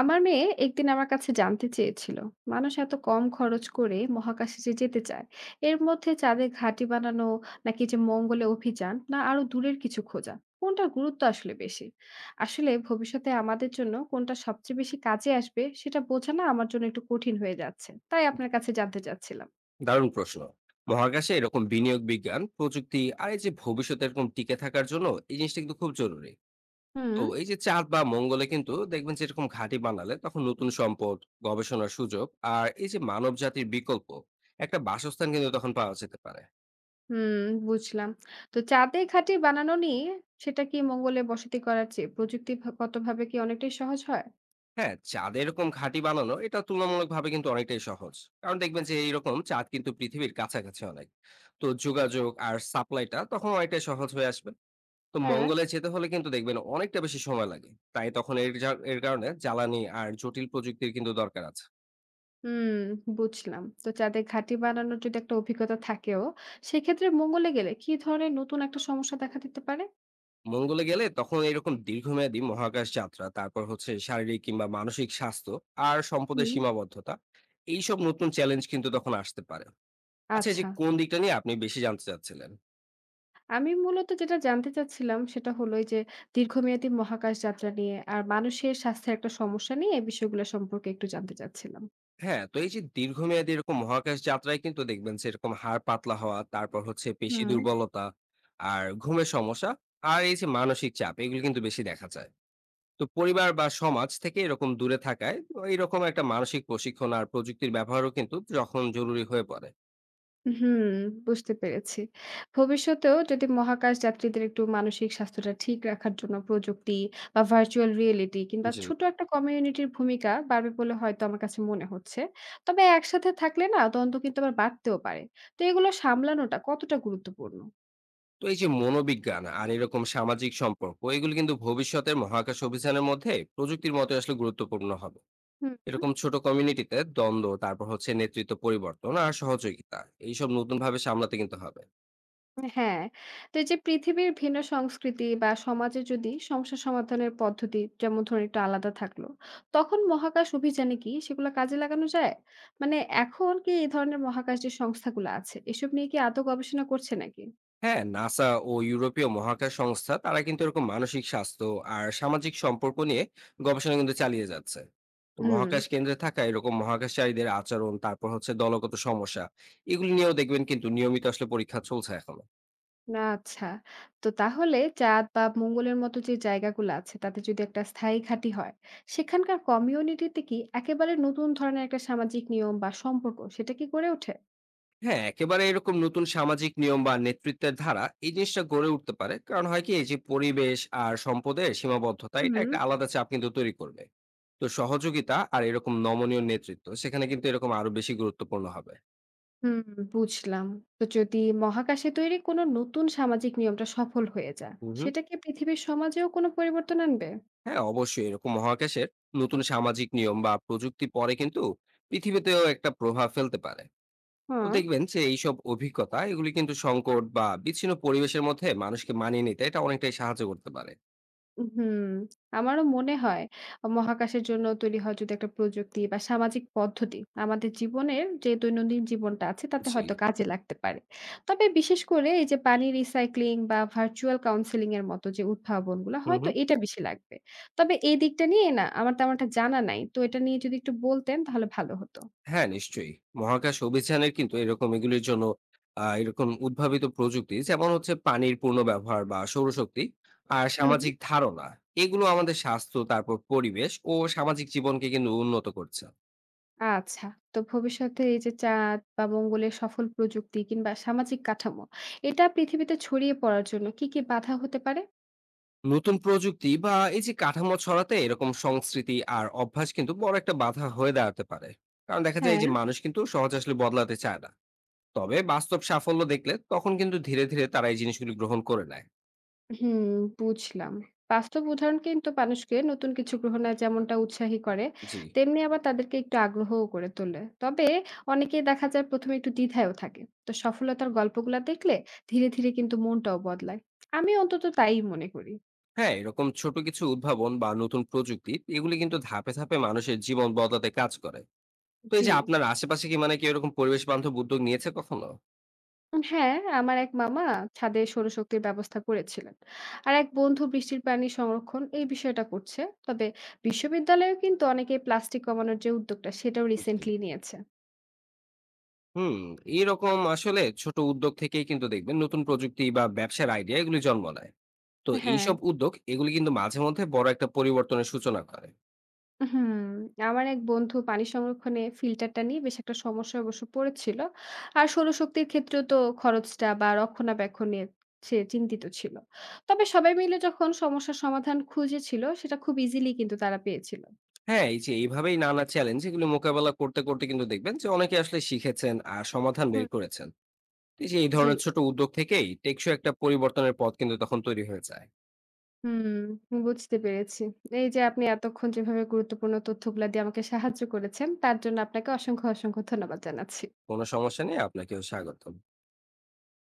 আমার মেয়ে একদিন আমার কাছে জানতে চেয়েছিল মানুষ এত কম খরচ করে মহাকাশে যে যেতে চায়, এর মধ্যে চাঁদে ঘাঁটি বানানো নাকি যে মঙ্গলে অভিযান না আরো দূরের কিছু খোঁজা, কোনটার গুরুত্ব আসলে বেশি। আসলে ভবিষ্যতে আমাদের জন্য কোনটা সবচেয়ে বেশি কাজে আসবে সেটা বোঝানো আমার জন্য একটু কঠিন হয়ে যাচ্ছে তাই আপনার কাছে জানতে চাচ্ছিলাম। দারুণ প্রশ্ন। মহাকাশে এরকম বিনিয়োগ বিজ্ঞান প্রযুক্তি আর এই যে ভবিষ্যতে এরকম টিকে থাকার জন্য এই জিনিসটা কিন্তু খুব জরুরি। তো হুম। এই যে চাঁদ বা মঙ্গলে কিন্তু দেখবেন যে এরকম ঘাঁটি বানালে তখন নতুন সম্পদ, গবেষণার সুযোগ আর এই যে মানব জাতির বিকল্প একটা বাসস্থান কিন্তু তখন পাওয়া যেতে পারে। হুম, বুঝলাম। তো চাঁদে ঘাঁটি বানানো নিয়ে সেটা কি মঙ্গলে বসতি করার চেয়ে প্রযুক্তিগতভাবে কি অনেকটাই সহজ হয়? হ্যাঁ, চাঁদে এরকম ঘাঁটি বানানো এটা তুলনামূলকভাবে কিন্তু অনেকটাই সহজ। কারণ দেখবেন যে এইরকম চাঁদ কিন্তু পৃথিবীর কাছাকাছি অনেক। তো যোগাযোগ আর সাপ্লাইটা তখন অনেকটাই সহজ হয়ে আসবে। তো হ্যাঁ। মঙ্গলে যেতে হলে কিন্তু দেখবেন অনেকটা বেশি সময় লাগে। তাই তখন এর কারণে জ্বালানি আর জটিল প্রযুক্তির কিন্তু দরকার আছে। হুম, বুঝলাম। তো যাদের ঘাঁটি বানানোর যদি একটা অভিজ্ঞতা থাকেও, সেক্ষেত্রে মঙ্গলে গেলে কি ধরনের নতুন একটা সমস্যা দেখা দিতে পারে? মঙ্গলে গেলে তখন এরকম দীর্ঘমেয়াদী মহাকাশ যাত্রা, তারপর হচ্ছে শারীরিক কিংবা মানসিক স্বাস্থ্য আর সম্পদের হুম। সীমাবদ্ধতা, এইসব নতুন চ্যালেঞ্জ কিন্তু তখন আসতে পারে। আচ্ছা, এই যে আচ্ছা। কোন দিকটা নিয়ে আপনি বেশি জানতে চাচ্ছিলেন? আমি মূলত যেটা জানতে চাচ্ছিলাম সেটা হলো এই যে দীর্ঘমেয়াদী মহাকাশ যাত্রা নিয়ে আর মানুষের স্বাস্থ্যের একটা সমস্যা নিয়ে এই বিষয়গুলো সম্পর্কে একটু জানতে চাচ্ছিলাম। হ্যাঁ, তো এই যে দীর্ঘমেয়াদী এরকম মহাকাশ যাত্রায় কিন্তু দেখবেন যে এরকম হাড় পাতলা হওয়া, তারপর হচ্ছে পেশি হুম। দুর্বলতা আর ঘুমের সমস্যা আর এই যে মানসিক চাপ এগুলো কিন্তু বেশি দেখা যায়। তো পরিবার বা সমাজ থেকে এরকম দূরে থাকায় তো এরকম একটা মানসিক প্রশিক্ষণ আর প্রযুক্তির ব্যবহারও কিন্তু যখন জরুরি হয়ে পড়ে। হুম, বুঝতে পেরেছি। ভবিষ্যতেও যদি মহাকাশ যাত্রীদের একটু মানসিক স্বাস্থ্যটা ঠিক রাখার জন্য প্রযুক্তি বা ভার্চুয়াল রিয়েলিটি কিংবা জি। ছোট একটা কমিউনিটির ভূমিকা বাড়বে বলে হয়তো আমার কাছে মনে হচ্ছে। তবে একসাথে থাকলে না দ্বন্দ্ব কিন্তু আবার বাড়তেও পারে। তো এগুলো সামলানোটা কতটা গুরুত্বপূর্ণ? তো এই যে মনোবিজ্ঞান আর এরকম সামাজিক সম্পর্ক এগুলো কিন্তু ভবিষ্যতের মহাকাশ অভিযানের মধ্যে প্রযুক্তির মতো আসলে গুরুত্বপূর্ণ হবে। হুম। এরকম ছোট কমিউনিটিতে দ্বন্দ্ব, তারপর হচ্ছে নেতৃত্ব পরিবর্তন আর সহযোগিতা, এইসব নতুন ভাবে সামলাতে কিন্তু হবে। হ্যাঁ, তো এই যে পৃথিবীর ভিন্ন সংস্কৃতি বা সমাজে যদি সমস্যা সমাধানের পদ্ধতি যেমন ধরুন একটু আলাদা থাকলো, তখন মহাকাশ অভিযানে কি সেগুলো কাজে লাগানো যায়? মানে এখন কি এই ধরনের মহাকাশ যে সংস্থাগুলো আছে, এসব নিয়ে কি আদৌ গবেষণা করছে নাকি? হ্যাঁ, নাসা ও ইউরোপীয় মহাকাশ সংস্থা তারা কিন্তু এরকম মানসিক স্বাস্থ্য আর সামাজিক সম্পর্ক নিয়ে গবেষণা কিন্তু চালিয়ে যাচ্ছে। তো হুম। মহাকাশ কেন্দ্রে থাকা এরকম মহাকাশচারীদের আচরণ, তারপর হচ্ছে দলগত সমস্যা, এগুলি নিয়েও দেখবেন কিন্তু নিয়মিত আসলে পরীক্ষা চলছে এখনো। না আচ্ছা। তো তাহলে চাঁদ বা মঙ্গলের মতো যে জায়গাগুলো আছে, তাতে যদি একটা স্থায়ী ঘাঁটি হয়, সেখানকার কমিউনিটিতে কি একেবারে নতুন ধরনের একটা সামাজিক নিয়ম বা সম্পর্ক সেটা কি গড়ে ওঠে? হ্যাঁ, একেবারে এরকম নতুন সামাজিক নিয়ম বা নেতৃত্বের ধারা এই জিনিসটা গড়ে উঠতে পারে। কারণ হয় কি, এই যে পরিবেশ আর সম্পদের সীমাবদ্ধতা হুম। এটা একটা আলাদা চাপ কিন্তু তৈরি করবে। তো সহযোগিতা আর এরকম নমনীয় নেতৃত্ব সেখানে কিন্তু এরকম আরো বেশি গুরুত্বপূর্ণ হবে। হুম, বুঝলাম। তো যদি মহাকাশে তৈরি কোনো নতুন সামাজিক নিয়মটা সফল হয়ে যায়, হুম। সেটা কি পৃথিবীর সমাজেও কোনো পরিবর্তন আনবে? হ্যাঁ, অবশ্যই এরকম মহাকাশের নতুন সামাজিক নিয়ম বা প্রযুক্তি পরে কিন্তু পৃথিবীতেও একটা প্রভাব ফেলতে পারে। তো হ্যাঁ। দেখবেন যে এইসব অভিজ্ঞতা এগুলি কিন্তু সংকট বা বিচ্ছিন্ন পরিবেশের মধ্যে মানুষকে মানিয়ে নিতে এটা অনেকটাই সাহায্য করতে পারে। হুম। আমারও মনে হয় মহাকাশের জন্য তৈরি হয় যদি একটা প্রযুক্তি বা সামাজিক পদ্ধতি আমাদের জীবনের যে দৈনন্দিন জীবনটা আছে তাতে জি। হয়তো কাজে লাগতে পারে। তবে বিশেষ করে এই যে পানি রিসাইক্লিং বা ভার্চুয়াল কাউন্সেলিং এর মতো যে উদ্ভাবনগুলো হুম হয়তো হুম। এটা বেশি লাগবে। তবে এই দিকটা নিয়ে না আমার তেমন একটা জানা নাই। তো এটা নিয়ে যদি একটু বলতেন তাহলে ভালো হতো। হ্যাঁ, নিশ্চয়ই। মহাকাশ অভিযানের কিন্তু এরকম এগুলির জন্য এরকম উদ্ভাবিত প্রযুক্তি যেমন হচ্ছে পানির পূর্ণ ব্যবহার বা সৌরশক্তি আর হুম, সামাজিক ধারণা, এগুলো আমাদের স্বাস্থ্য, তারপর পরিবেশ ও সামাজিক জীবনকে কিন্তু উন্নত করছে। আচ্ছা। তো ভবিষ্যতে এই যে চাঁদ বা মঙ্গলের সফল প্রযুক্তি কিংবা সামাজিক কাঠামো, এটা পৃথিবীতে ছড়িয়ে পড়ার জন্য কি, কি বাধা হতে পারে? নতুন প্রযুক্তি বা এই যে কাঠামো ছড়াতে এরকম সংস্কৃতি আর অভ্যাস কিন্তু বড় একটা বাধা হয়ে দাঁড়াতে পারে। কারণ দেখা যায় হ্যাঁ। যে মানুষ কিন্তু সহজ আসলে বদলাতে চায় না। তবে বাস্তব সাফল্য দেখলে তখন কিন্তু ধীরে ধীরে তারা এই জিনিসগুলি গ্রহণ করে নেয়। হুম, বুঝলাম। বাস্তব উদাহরণ কিন্তু মানুষকে নতুন কিছু গ্রহণে যেমনটা উৎসাহী করে, জি। তেমনি আবার তাদেরকে একটু আগ্রহও করে তোলে। তবে অনেকেই দেখা যায় ১ম এ একটু দ্বিধায়ও থাকে। তো সফলতার গল্পগুলা দেখলে ধীরে, ধীরে কিন্তু মনটাও বদলায়। আমি অন্তত তাই মনে করি। হ্যাঁ, এরকম ছোট কিছু উদ্ভাবন বা নতুন প্রযুক্তি এগুলি কিন্তু ধাপে ধাপে মানুষের জীবন বদলাতে কাজ করে। তো এই জি। যে আপনার আশেপাশে কি, মানে কি এরকম পরিবেশ বান্ধব উদ্যোগ নিয়েছে কখনো? হ্যাঁ, আমার এক মামা ছাদে সৌরশক্তির ব্যবস্থা করেছিলেন। আর এক বন্ধু বৃষ্টির পানি সংরক্ষণ এই বিষয়টা করছে। তবে বিশ্ববিদ্যালয়েও কিন্তু অনেকে প্লাস্টিক কমানোর যে উদ্যোগটা সেটাও জি। রিসেন্টলি নিয়েছে। হুম। এইরকম আসলে ছোট উদ্যোগ থেকেই কিন্তু দেখবেন নতুন প্রযুক্তি বা ব্যবসার আইডিয়া এগুলি জন্ম নেয়। তো হ্যাঁ। এইসব উদ্যোগ এগুলি কিন্তু মাঝে মধ্যে বড় একটা পরিবর্তনের সূচনা করে। হুম, আমার এক বন্ধু পানি সংরক্ষণে ফিল্টারটা নিয়ে বেশ একটা সমস্যায় অবশ্য পড়েছিল। আর সৌরশক্তির ক্ষেত্রেও তো খরচটা বা রক্ষণাবেক্ষণ নিয়ে সে চিন্তিত ছিল। তবে সবাই মিলে যখন সমস্যার সমাধান খুঁজেছিল সেটা খুব ইজিলি কিন্তু তারা পেয়েছিল। হ্যাঁ, এই যে এইভাবেই নানা চ্যালেঞ্জ এগুলো মোকাবেলা করতে করতে কিন্তু দেখবেন যে অনেকে আসলে শিখেছেন আর সমাধান হুম। বের করেছেন। তো এই যে এই জি। ধরনের ছোট উদ্যোগ থেকেই টেকসই একটা পরিবর্তনের পথ কিন্তু তখন তৈরি হয়ে যায়। হুম, বুঝতে পেরেছি। এই যে আপনি এতক্ষণ যেভাবে গুরুত্বপূর্ণ তথ্যগুলা দিয়ে আমাকে সাহায্য করেছেন, তার জন্য আপনাকে অসংখ্য, অসংখ্য ধন্যবাদ জানাচ্ছি। কোনো সমস্যা নেই, আপনাকেও স্বাগতম।